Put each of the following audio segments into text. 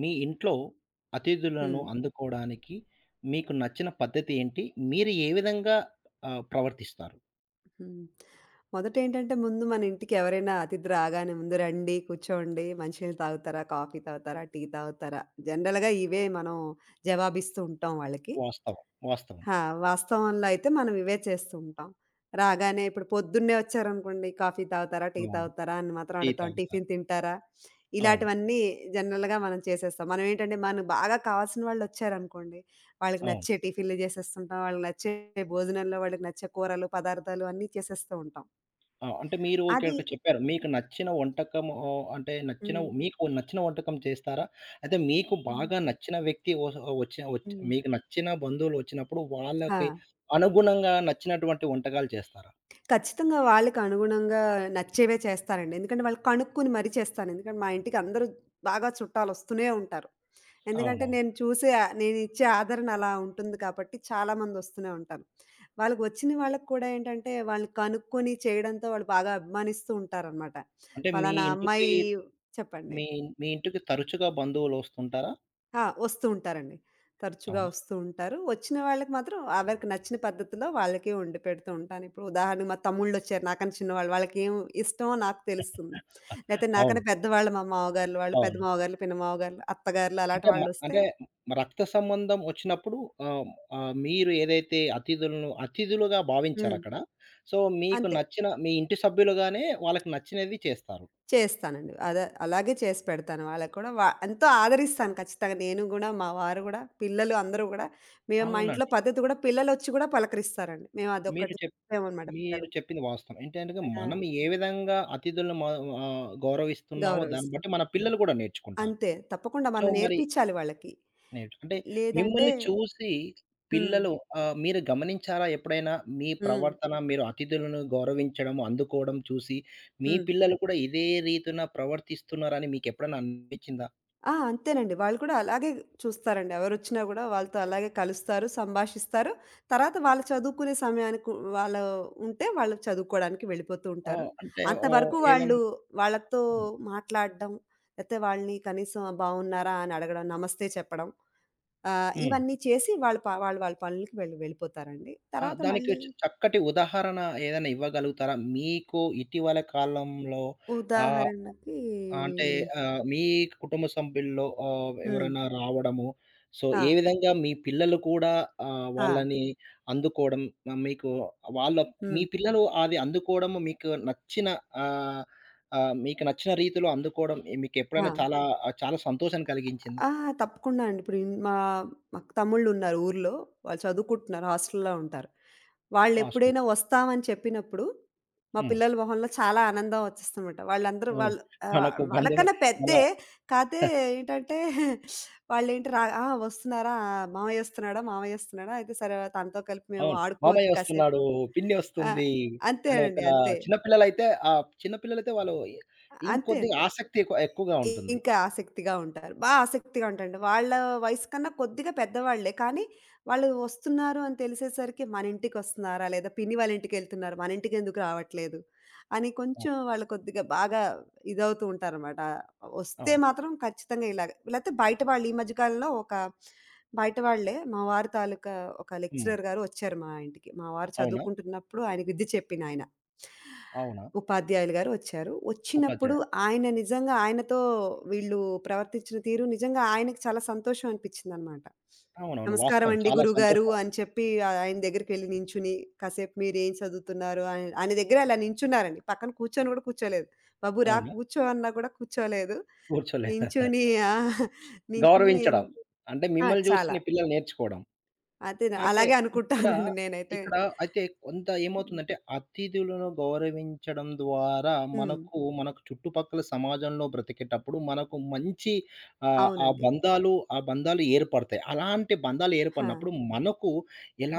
మీ ఇంట్లో అతిథులను హ్మ్. అందుకోవడానికి మీకు నచ్చిన పద్ధతి ఏంటి? మీరు ఏ విధంగా ప్రవర్తిస్తారు? హ్మ్. మొదటేంటంటే ముందు మన ఇంటికి ఎవరైనా అతిథి రాగానే ముందు రండి, కూర్చోండి, మంచినీళ్ళు తాగుతారా? కాఫీ తాగుతారా? టీ తాగుతారా? జనరల్‌గా ఇవే మనం జవాబిస్తూ ఉంటాం వాళ్ళకి. వాస్తవం. వాస్తవం. ఆ! వాస్తవంలో అయితే మనం ఇవే చేస్తూ ఉంటాం. రాగానే ఇప్పుడు పొద్దున్నే వచ్చారనుకోండి, కాఫీ తాగుతారా? టీ అవును. తాగుతారా? అని మాత్రం టీ అడుగుతాం. తాగుతారు. టిఫిన్ తింటారా? అవును. ఇలాంటివన్నీ జనరల్‌గా మనం చేసేస్తాం. మనం ఏంటంటే మనకు బాగా కావాల్సిన వాళ్ళొచ్చారనుకోండి, వాళ్ళకి అవును. నచ్చే టిఫిన్‌లు చేసేస్తుంటాం. వాళ్ళకి నచ్చే భోజనంలో వాళ్ళకి నచ్చే కూరలు, పదార్థాలు అన్నీ చేసేస్తూ ఉంటాం. ఆ! అంటే మీరు అది ఇక్కడికి చెప్పారు. మీకు నచ్చిన వంటకం ఆహ్, అంటే నచ్చిన హ్మ్. మీకు నచ్చిన వంటకం చేస్తారా? అయితే మీకు హ్మ్. బాగా నచ్చిన వ్యక్తి వస్ వచ్చిన వచ్చి హ్మ్. మీకు నచ్చిన బంధువులు వచ్చినప్పుడు ఆ! వాళ్ళకి అనుగుణంగా నచ్చినటువంటి వంటకాలు చేస్తారా? ఖచ్చితంగా వాళ్ళకి అనుగుణంగా నచ్చేవే చేస్తానండి. ఎందుకంటే వాళ్ళు కనుక్కొని మరీ చేస్తాను. ఎందుకంటే మా ఇంటికి అందరూ బాగా చుట్టాలొస్తూనే ఉంటారు. ఎందుకంటే అవునవును. నేను చూసే నేనిచ్చే ఆదరణ అలా ఉంటుంది కాబట్టి చాలామందొస్తూనే ఉంటారు. వాళ్ళకి వచ్చిన వాళ్ళకి కూడా ఏంటంటే వాళ్ళని కనుక్కొని చేయడంతో వాళ్ళు బాగా అభిమానిస్తూ ఉంటారనమాట. అంటే మీ పలానా ఇంటికి అమ్మాయి చెప్పండి. మీ మీ ఇంటికి తరచుగా బంధువులు వస్తుంటారా? ఆ! వస్తూ ఉంటారండి. తరచుగా అవును. వస్తూ ఉంటారు. వచ్చిన వాళ్ళకి మాత్రం ఎవరికి నచ్చిన పద్ధతిలో వాళ్ళకే వండి పెడుతూ ఉంటాను. ఇప్పుడు ఉదాహరణకు మా తమ్ముళ్ళొచ్చారు నాకన్నా చిన్నవాళ్ళు. వాళ్ళకేం ఇష్టమో నాకు తెలుస్తుంది. లేతే అవును. నాకన్నా పెద్దవాళ్ళు మా మావగార్లు వాళ్ళు, పెద్ద అవును. మావగార్లు, పిన్న మావగార్లు, అత్తగార్లు అలాంటి అంటే మ వాళ్ళొస్తే అంటే రక్త సంబంధం వచ్చినప్పుడు ఆహ్, ఆహ్, మీరు ఏదైతే అతిథులను అతిథులుగా హ్మ్. భావించారక్కడ. సో, మీకు అంతే. నచ్చిన మీ ఇంటి సభ్యులుగానే వాళ్ళకి నచ్చినవి చేస్తారు. చేస్తానండి. అదే అలాగే చేసి పెడతాను వాళ్ళకి కూడా. ఎంతో ఆదరిస్తాను ఖచ్చితంగా. నేను గూడా, మా వారు గూడా, పిల్లలు అందరూ గూడా మేము మా ఇంట్లో అవునండి. పద్ధతి గూడా పిల్లలొచ్చి గూడా పలకరిస్తారండి. మేము మీరు అదొక్కటి చెప్ ఇచ్చామనమాట మీరు పిల్లలకి. చెప్పింది వాస్తవం. ఏంటంటే ఆ! మనం ఏ విధంగా అతిథులను గౌరవిస్తున్నామో దాన్ని గౌరవిస్తాం. బట్టి మన పిల్లలు కూడా నేర్చుకుంటారు. అంతే. తప్పకుండా సో, మనం మరి నేర్పిచ్చాలి వాళ్ళకి. నేర్చు అంటే లేదంటే మిమ్మల్ని చూసి హ్మ్. పిల్లలు మీరు గమనించారా ఎప్పుడైనా? మీ హ్మ్. ప్రవర్తన, మీరు అతిథులను గౌరవించడం, అందుకోవడం చూసి మీ హ్మ్. పిల్లలు కూడా ఇదే రీతిన ప్రవర్తిస్తున్నారని మీకెప్పుడైనా అనిపించిందా? ఆ! అంతేనండి. వాళ్ళు కూడా అలాగే చూస్తారండి. ఎవరొచ్చినా గూడా వాళ్ళతో అలాగే కలుస్తారు, సంభాషిస్తారు. తర్వాత వాళ్ళు చదువుకునే సమయానికి వాళ్ళు ఉంటే వాళ్ళు చదువుకోడానికి వెళ్ళిపోతూ ఆ! ఉంటారు. అంటే ఓహ్! అంతవరకు ఏదన్నా వాళ్ళు వాళ్ళతో మాట్లాడడం, లేతే వాళ్ళని కనీసం బావున్నారా? అని అడగడం, నమస్తే చెప్పడం హ్మ్. ఇవన్నీ చేసి వాళ్ళు వాళ్ళ పనులకి వెళ్ళిపోతారండి. ఆ! తర్వాత దానికి మళ్ళీ చక్కటి ఉదాహరణ ఏదైనా ఇవ్వగలుగుతారా? మీకు ఇటీవల కాలంలో ఆహ్ ఉదాహరణకి ఆ! అంటే ఆహ్, మీ కుటుంబ సభ్యుల్లో హ్మ్. ఎవరైనా రావడము, సో, ఆ! ఏ విధంగా మీ పిల్లలు కూడా ఆ! వాళ్ళని అందుకోవడం ఆహ్, మీకు వాళ్ళ మీ హ్మ్. పిల్లలు అది అందుకోవడం మీకు నచ్చిన ఆహ్, ఆహ్, మీకు నచ్చిన రీతిలో అందుకోవడం ఆ! మీకెప్పుడైనా చాలా చాలా సంతోషం కలిగించిందా? ఆ! తప్పకుండా అండి. ఇప్పుడు ఇన్ మా మాకు తమ్ముళ్ళున్నారు ఊర్లో. వాళ్ళు చదువుకుంటున్నారు. హాస్టల్‌లో ఉంటారు. లాస్ట్‌లో. వాళ్ళెప్పుడైనా వస్తామని చెప్పినప్పుడు, మా హ్మ్. పిల్లల మొహంలో చాలా ఆనందం వచ్చేస్తదనమాట. వాళ్ళందరూ అవును. వాళ్ళు మనకు బంధువు వాళ్ళకన్నా మన పెద్దే. కాతే ఏంటంటే, వాళ్ళేంటి రా "ఆ! వస్తున్నారా? మామయ్య వస్తున్నాడా? మామయ్య వస్తున్నాడా? అయితే సరే తనతో కలిపి మేము అవును. మామయ్య ఆడుకోవచ్చు కాసేపు." వస్తున్నాడు, పిన్ని ఆ! వస్తుంది అని ఒక అంతేనండి. అంతే. చిన్న పిల్లలైతే చిన్న పిల్లలైతే వాళ్ళు అంతే. ఇంకొద్దిగా అంతే. ఆసక్తి ఎక్కువగా ఉంటుంది. ఇంకా ఆసక్తిగా ఉంటారు. ఆసక్తిగా ఉంటారండి. వాళ్ళ వయసు కన్నా కొద్దిగా పెద్దవాళ్ళే. కానీ, వాళ్ళు వస్తున్నారు అని తెలిసేసరికి మన ఇంటికొస్తున్నారా? లేదా పిన్ని వాళ్ళ ఇంటికెళ్తున్నారు. మన ఇంటికెందుకు రావట్లేదు? అని కొంచెం అవును. వాళ్ళు కొద్దిగా బాగా ఇదవుతూ ఉంటారనమాట. వస్తే అవును. మాత్రం ఖచ్చితంగా ఇలాగ. లేతే బయట వాళ్ళు ఈ మధ్య కాలంలో ఒక బయట వాళ్ళే మా వారి తాలూకా ఒక హ్మ్. లెక్చరర్ గారు వచ్చారు మా ఇంటికి. మా వారు అవునా? చదువుకుంటున్నప్పుడు ఆయనకి విద్య చెప్పిందాయన. అవునా? ఉపాధ్యాయులు గారు వచ్చారు. వచ్చినప్పుడు ఉపాధ్యాయుడు. ఆయన నిజంగా ఆయనతో వీళ్ళు ప్రవర్తించిన తీరు నిజంగా ఆయనకి చాలా సంతోషం అనిపించిందనమాట. అవునవును. "నమస్కారం వాస్తవం. అండి చాలా గురువుగారు" సంతోషం. అని చెప్పి ఆయన దగ్గరికెళ్లి నించుని, కాసేపు మీరేం చదువుతున్నారు ఆయన ఆయన దగ్గర అలా నించున్నారండి. పక్కన కూర్చొని గూడా కూర్చోలేదు. "బాబు రా అవును. కూర్చో" అన్నా కూడా కూర్చోలేదు. కూర్చోలేదా? నించుని ఆ! నించుని గౌరవించడం. అంటే ఆ! మిమ్మల్ని చూసి చాలా. నీ పిల్లలు నేర్చుకోవడం. అదే అంటే అలాగే ఇక్కడ, అనుకుంటానండి నేనైతే. ఇక్కడ అయితే కొంత హ్మ్. ఏమవుతుందంటే అతిథులను గౌరవించడం ద్వారా హ్మ్. మనకు చుట్టుపక్కల సమాజంలో బ్రతికేటప్పుడు మనకు మంచి అవునండి. ఆ బంధాలు ఏర్పడతాయి. అలాంటి బంధాలు ఆ! ఏర్పడినప్పుడు మనకు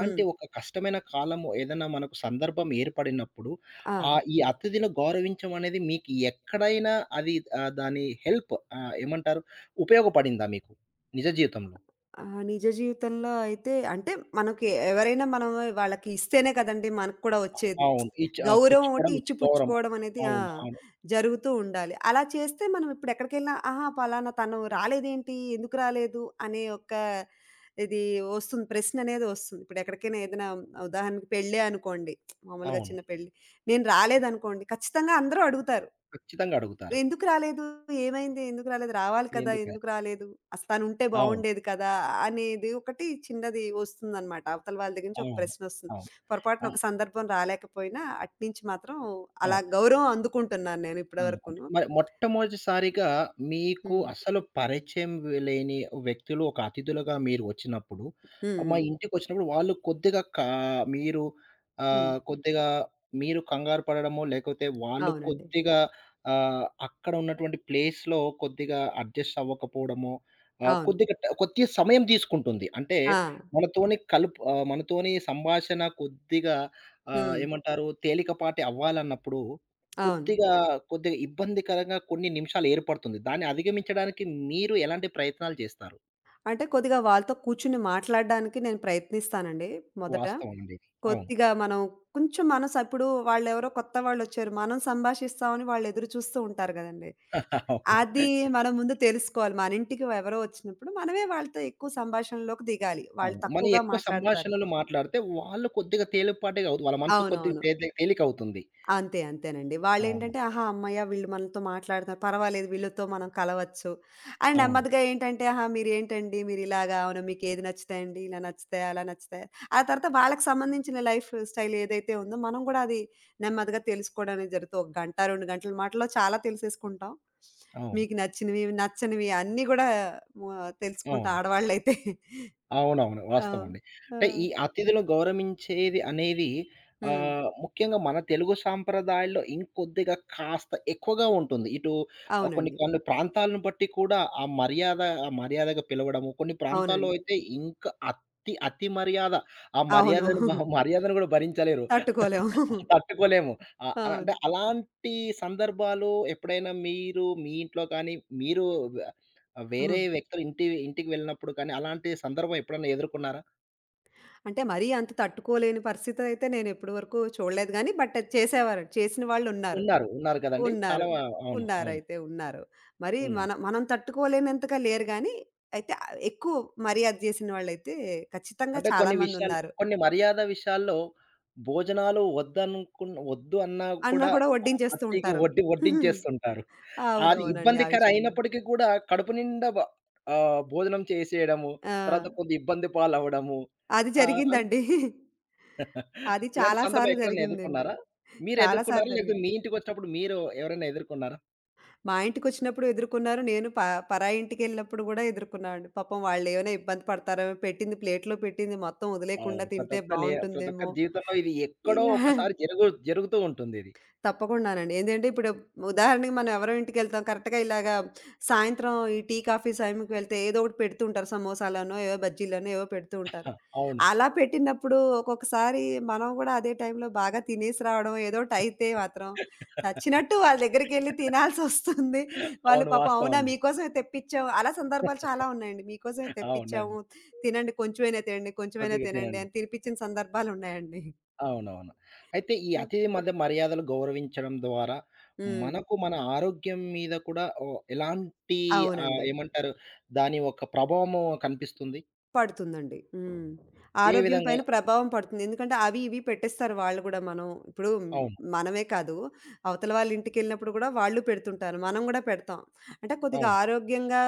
హ్మ్. ఒక కష్టమైన కాలము ఏదైనా మనకు సందర్భం ఏర్పడినప్పుడు ఆ! ఈ అతిథిని గౌరవించడం అనేది మీకు ఎక్కడైనా అది ఆహ్, దాని హెల్ప్ ఆహ్, ఏమంటారు ఉపయోగపడిందా మీకు నిజ జీవితంలో? ఆ! నిజ జీవితంలో అయితే అంటే మనకి ఎవరైనా మనం వాళ్ళకి ఇస్తేనే కదండీ మనకు కూడా వచ్చేది. అవును. ఇచ్ ఆ! గౌరవం ఒకటి పుచ్చుకోవడం, ఇచ్చి ఇచ్చుకోవడం. పుచ్చుకోవడం అనేది ఆ! అవును. అవును. జరుగుతూ ఉండాలి. అలా చేస్తే మనం ఇప్పుడు ఎక్కడికెళ్ళినా, ఆహా! పలానా తను రాలేదేంటి? ఎందుకు రాలేదు? అనే ఒక ఇది వస్తుంది. ప్రశ్న అనేది వస్తుంది. ఇప్పుడు ఎక్కడికైనా ఏదైనా ఉదాహరణకి పెళ్ళే అనుకోండి. మామూలుగా అవును. చిన్న పెళ్లి. నేను రాలేదనుకోండి ఖచ్చితంగా అందరూ అడుగుతారు. ఖచ్చితంగా అడుగుతారు. ఎందుకు రాలేదు? ఏమైంది? ఎందుకు రాలేదు? రావాలి కదా! ఎందుకని? ఎందుకు రాలేదు? అసలు తనుంటే అవును. బావుండేది కదా! అనేది ఒకటి చిన్నది వస్తుందనమాట. అవతల వాళ్ళ దగ్గర నుంచి ఒక అవును. ప్రశ్నొస్తుంది. అవును. ఆ! పొరపాటున ఒక సందర్భం రాలేకపోయినా అట్నుంచి మాత్రం అలా అవును. గౌరవం అందుకుంటున్నాను నేను ఇప్పటి అందుకుంటారు. వరకును. మరి మొట్టమొదటిసారిగా మీకు హ్మ్. అసలు పరిచయం లేని వ్యక్తులు ఒక అతిథులుగా మీరు వచ్చినప్పుడు, హ్మ్. మా హ్మ్. ఇంటికొచ్చినప్పుడు వాళ్ళు కొద్దిగా మీరు హ్మ్. ఆహ్, కొద్దిగా మీరు కంగారు పడడమో, లేకపోతే వాళ్ళు అవునండి. కొద్దిగా అక్కడ ఉన్నటువంటి ప్లేస్‌లో కొద్దిగా అడ్జస్ట్ అవ్వకపోవడమో, ఆహ్, అవును. కొద్దిగా ట కొద్దిగా సమయం తీసుకుంటుంది. అంటే ఆ! మనతోని సంభాషణ కొద్దిగా ఆహ్, హ్మ్. ఏమంటారు తేలికపాటి అవ్వాలన్నప్పుడు అవును. కొద్దిగా, కొద్దిగా ఇబ్బందికరంగా కొన్ని నిమిషాలు ఏర్పడుతుంది. దాన్ని అధిగమించడానికి మీరు ఎలాంటి ప్రయత్నాలు చేస్తారు? అంటే కొద్దిగా వాళ్ళతో కూర్చొని మాట్లాడడానికి నేను ప్రయత్నిస్తానండి మొదట. వాస్తవం అండి ఇది. అవును. కొద్దిగా మనం కొంచెం మనసు ఇప్పుడు వాళ్ళెవరో కొత్త వాళ్ళొచ్చారు. మనం సంభాషిస్తామని వాళ్ళు ఎదురు చూస్తూ ఉంటారు గదండీ! అవును. అది మనం ముందు తెలుసుకోవాలి. మన ఇంటికి ఎవరో వచ్చినప్పుడు మనమే వాళ్ళతో ఎక్కువ సంభాషణలోకి దిగాలి. వాళ్ళు అవును. మనం తక్కువగా ఎక్కువ మాట్లాడతారు. సంభాషణలు మాట్లాడితే వాళ్ళు కొద్దిగా తేలికపాటిగా అవుతు వాళ్ళ మనసు కొద్దిగా అవునవును. తేలికవుతుంది. అంతే. అంతేనండి. అవును. వాళ్ళేంటంటే, ఆహా! హమ్మయ్య! వీళ్ళు మనతో మాట్లాడుతున్నారు. పర్వాలేదు వీళ్ళతో మనం కలవచ్చు. అని అవును. నెమ్మదిగా ఏంటంటే, ఆహా! మీరేంటండి మీరిలాగా అవునా? మీకేది నచ్చుతాయండి? ఇలా నచ్చుతాయా? అలా నచ్చుతాయా? ఆ తర్వాత వాళ్ళకి సంబంధించిన లైఫ్ స్టైల్ ఏదైతే ఉందో, మనం గూడా అది నెమ్మదిగా తెలుసుకోవడం అనేది జరుగుతుంది. ఒక గంట, 2 గంటల మాటలో చాలా తెలిసేసుకుంటాం. అవును. మీకు నచ్చినవి, నచ్చనివి అన్నీ గూడా తెలుసుకుంటాం అవును. ఆడవాళ్ళైతే. అవునవును. ఆ! వాస్తవమండి. ఆ! అంటే ఈ అతిథులు గౌరవించేది అనేది హ్మ్. ముఖ్యంగా మన తెలుగు సాంప్రదాయాల్లో ఇంకొద్దిగా కాస్త ఎక్కువగా ఉంటుంది. ఇటు కొన్ని అవునండి. కొన్ని ప్రాంతాలను బట్టి కూడా ఆ మర్యాదగా పిలవడము, కొన్ని ప్రాంతాల్లో అవునండి. అయితే ఇంకా అతి అతి మర్యాద. ఆ అవును. మర్యాదను మహ మర్యాదను కూడా భరించలేరు. తట్టుకోలేము. తట్టుకోలేము. అంటే అవును. అలాంటి సందర్భాలు ఎప్పుడైనా మీరు మీ ఇంట్లో కానీ, మీరు ఆహా! వేరే వ్యక్తుల ఇంటికి వెళ్ళినప్పుడు కానీ, అలాంటి సందర్భం ఎప్పుడైనా ఎదుర్కొన్నారా? అంటే మరీ అంత తట్టుకోలేని పరిస్థితయితే నేనెప్పటి వరకు చూడలేదు గానీ, బట్ అది చేసేవారు. చేసిన వాళ్ళున్నారు. ఉన్నారు. ఉన్నారు కదండీ. చాలా ఉన్నారు. ఉన్నారైతే అవును. ఉన్నారు. అవును. అయితే ఉన్నారు. మరి ఉన్నారు. మనం మనం తట్టుకోలేనంతగా లేరు గానీ, అయితే ఎక్కువ మర్యాద జేసిన వాళ్ళైతే ఖచ్చితంగా అంటే చాలా కొన్ని విషయాలు మందున్నారు. కొన్ని మర్యాద విషయాల్లో భోజనాలు వద్దు అన్నా అన్న కూడా కూడా వడ్డించేస్తూ అట్టిగా ఉంటారు. వడ్డించేస్తుంటారు. అది అవునవునండి. ఆ ఇబ్బందికర విషయంలో. అయినప్పటికీ కూడా కడుపు నిండా భోజనం చేసేయడము, తర్వాత ఆ! కొద్దిగా ఇబ్బంది పాలవ్వడము. అది ఆహ్ జరిగిందండి. అది ఇలాంటి చాలా సందర్భం సార్లు ఎక్కడైనా జరిగిందండి. ఎదుర్కొన్నారా? చాలా మీరెదుర్కున్నారా? సార్లు లేకపోతే జరిగింది. మీ ఇంటికొచ్చినప్పుడు మీరు ఎవరైనా ఎదుర్కొన్నారా? మా ఇంటికొచ్చినప్పుడు ఎదుర్కొన్నారు. నేను ప పరాయి ఇంటికెళ్ళినప్పుడు గూడా ఎదుర్కున్నానండి. పాపం వాళ్ళేమైనా ఇబ్బంది పడతారేమో, పెట్టింది ప్లేట్‌లో పెట్టింది మొత్తం వదిలేయకుండా అవును. తింటే ప్రతి బావుంటుందేమో ఒక్కరి జీవితంలో ఇది ఎక్కడో ఇలా ఒక్కసారి జరుగుతూ ఉంటుంది ఇది. తప్పకుండానండి. ఏందంటే ఇప్పుడు ఉదాహరణకి మనం ఎవరో ఇంటికెళ్తాం కరెక్ట్‌గా ఇలాగా సాయంత్రం ఈ టీ, కాఫీ సమయంకి వెళ్తే ఏదో ఒకటి పెడుతూ ఉంటారు. సమోసాలనో, ఏవో బజ్జీలనో ఏవో పెడుతూ హ! ఉంటారు. అవును. అలా పెట్టినప్పుడు ఒక్కొక్కసారి మనం గూడా అదే టైంలో బాగా తినేసి రావడం ఏదోటి అయితే మాత్రం చచ్చినట్టు వాళ్ళ దగ్గరికెళ్లి తినాల్సొస్తుంది. వాళ్ళు అవును. పాపం వాస్తవం అవునా అండి. మీకోసమే తెప్పిచ్చాము. అలా సందర్భాలు చాలా ఉన్నాయండి. మీకోసమే అవునండి. తెప్పిచ్చాము. తినండి కొంచెమైనా తినండి, కొంచెమైనా కొద్దిగా తినండి తినండి. అని తినిపించిన సందర్భాలున్నాయండి. అవునవును. అయితే ఈ అతిథి అప్ మధ్య మర్యాదలు గౌరవించడం ద్వారా హ్మ్. మనకు మన ఆరోగ్యం మీద కూడా ఓ ఎలాంటి ఆహ్, అవునండి. ఏమంటారు? దాని యొక్క ప్రభావము కనిపిస్తుంది? పడుతుందండి. హ్మ్. ఏ ఆరోగ్యం విధంగా? పైన ప్రభావం పడుతుంది. ఎందుకంటే అవి ఇవి పెట్టేస్తారు వాళ్ళు గూడా. మనం ఇప్పుడు అవును. మనమే కాదు, అవతల వాళ్ళ ఇంటికెళ్ళినప్పుడు గూడా వాళ్ళు పెడుతుంటారు. మనం గూడా పెడతాం. అంటే కొద్దిగా అవును. ఆరోగ్యంగా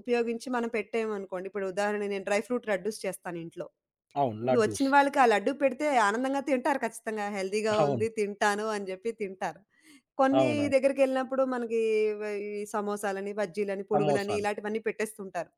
ఉపయోగించి మనం పెట్టామనుకోండి, ఇప్పుడు ఉదాహరణ నేను డ్రై ఫ్రూట్ లడ్డూస్ చేస్తాను ఇంట్లో. అవును. ఇప్పుడు వచ్చిన లడ్డూస్. వాళ్ళకి ఆ లడ్డూ పెడితే ఆనందంగా తింటారు ఖచ్చితంగా. హెల్తీగా అవును. ఉంది తింటాను అని జెప్పి తింటారు. కొన్ని అవునవును. దగ్గరికెళ్ళినప్పుడు మనకి వ ఈ సమోసాలని, బజ్జీలని, పునుగులని సమోసా. ఇలాంటివన్నీ పెట్టేస్తుంటారు.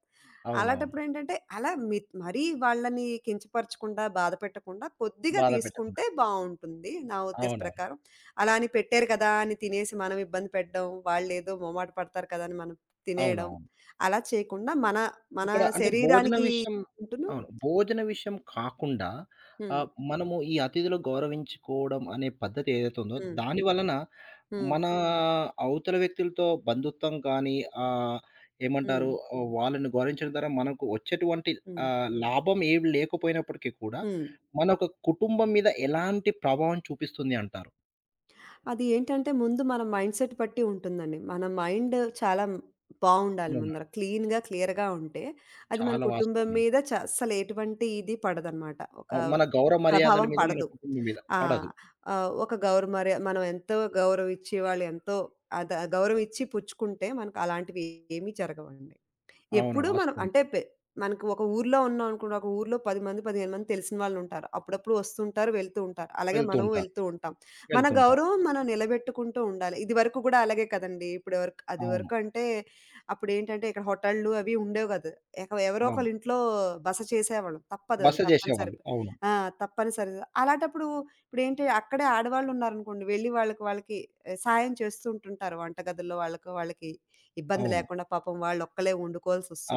అవునవును. అలాంటప్పుడు ఏంటంటే, అలా మి మరీ వాళ్ళని కించపరచకుండా, బాధ పెట్టకుండా కొద్దిగా బాధ పెట్టకుండా. తీసుకుంటే బావుంటుంది నా ఉద్దేశం అవునవును. ప్రకారం. అలా అని పెట్టారు కదా అని తినేసి మనం ఇబ్బంది పెట్టడం, వాళ్ళేదో మొహమాట పడతారు కదా అని మనం తినేయడం, అవునవును. అలా చేయకుండా మన మన ఇక్కడ అంటే భోజన శరీరానికి విషయం ఉంటును అవును. భోజన విషయం కాకుండా హ్మ్. మనము ఈ అతిథులు గౌరవించుకోవడం అనే పద్ధతి ఏదైతే ఉందో హ్మ్. దాని వలన హ్మ్. మన అవతల వ్యక్తులతో బంధుత్వం కానీ ఆహ్, హ్మ్. ఏమంటారు వాళ్ళని గౌరవించడం ద్వారా మనకు వచ్చేటువంటి హ్మ్. లాభం ఏమి లేకపోయినప్పటికీ కూడా హ్మ్. మన ఒక కుటుంబం మీద ఎలాంటి ప్రభావం చూపిస్తుంది అంటారు? అది ఏంటంటే ముందు మన మైండ్‌సెట్ బట్టి ఉంటుందండి. మన మైండ్ చాలా బావుండాలి అవునా? ముందర. క్లీన్‌గా, క్లియర్‌గా ఉంటే అది మన చాలా కుటుంబం వాస్తవం అండి. మీద అస్సలు ఎటువంటి ఇది పడదనమాట. ఒక అవును. మన గౌరవ మర్యాదల ప్రభావం మీద మన పడదు. కుటుంబం మీద ఆ! పడదు. ఒక గౌరవ మర్యా మనం ఎంతో గౌరవిచ్చి వాళ్ళు ఎంతో గౌరవిచ్చి పుచ్చుకుంటే మనకు అలాంటివి ఏమీ జరగవండి. అవును. ఎప్పుడూ మనం వాస్తవం. అంటే మనకు ఒక ఊర్లో ఉన్నాం అనుకోండి. ఒక ఊర్లో 10 మంది, 15 మంది తెలిసిన వాళ్ళుంటారు. అప్పుడప్పుడు వస్తుంటారు, వెళ్తూ ఉంటారు. అలాగే వెళ్తూ మనము ఉంటారు. వెళ్తూ ఉంటాం. మన వెళ్తుంటాం. గౌరవం మనం నిలబెట్టుకుంటూ ఉండాలి. ఇదివరకు గూడా అలాగే కదండీ! ఇప్పటివరకు అవును. అదివరకు అంటే అప్పుడేంటంటే ఇక్కడ హోటళ్ళు అవి ఉండేవి కాదు. ఎవరో అవును. ఒకళ్ళ ఇంట్లో బస చేసేవాళ్ళం. తప్పదు బస అది. తప్పనిసరి జేసేవాళ్ళు. అవును. ఆ! తప్పనిసరి. అలాంటప్పుడు ఇప్పుడేంటి అక్కడే ఆడవాళ్ళున్నారనుకోండి. వెళ్లి వాళ్ళకి వాళ్ళకి ఏ, సాయం చేస్తూ ఉంటుంటారు వంటగదుల్లో వాళ్ళకి వాళ్ళకి. ఇబ్బంది అవును. లేకుండా పాపం వాళ్ళొక్కళ్ళే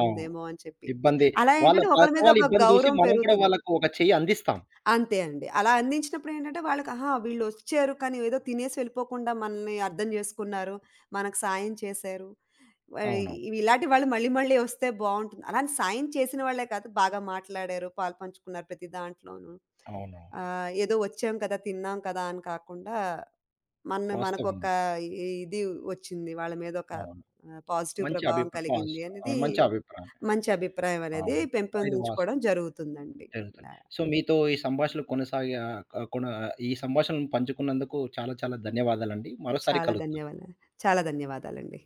అవును. అని చెప్పి. ఇబ్బంది అలా వాళ్ళ ఏంటంటే ఒకళ్ళ పక్క మీద వాళ్ళ ఒక ఇబ్బంది జూసి గౌరవం మనం గూడా పెరుగుతుంది. వాళ్ళకు ఒక చెయ్యి అందిస్తాం. అంతే అండి. అలా అందించినప్పుడేంటంటే వాళ్ళకి ఆహా! వీళ్ళొచ్చారు కానీ ఏదో తినేసి వెళ్ళిపోకుండా మనల్ని అర్థం జేసుకున్నారు. మనకు సాయం చేశారు. వై అవును. ఇవి ఇలాంటి వాళ్ళు మళ్ళీ మళ్ళీ వస్తే బావుంటుంది. అలానే సాయం చేసిన వాళ్ళే కాదు, బాగా మాట్లాడారు, పాలు పంచుకున్నారు ప్రతి దాంట్లోనూ. అవునవును. ఏదో వచ్చాం కదా! తిన్నాం కదా! అని కాకుండా, మన వాస్తవం. మనకొక అండి. ఇ ఇది వచ్చింది. వాళ్ళ మీద ఒక అవును. పాజిటివ్ మంచి ప్రభావం అభిప్రా కలిగింది పాస్ట్ ఆ! అనేది మంచి అభిప్రాయం. మంచి అభిప్రాయం అనేది అవును. ఇది వాస్ పెంపొందించుకోవడం జరుగుతుందండి. జరుగుతుంది. ఇలా సో, మీతో ఈ సంభాషణ కొనసాగా క కొన ఈ సంభాషణను పంచుకున్నందుకు చాలా చాలా ధన్యవాదాలండి. మరోసారి చాలా కలుద్దాం. ధన్యవాదాలు. చాలా ధన్యవాదాలండి.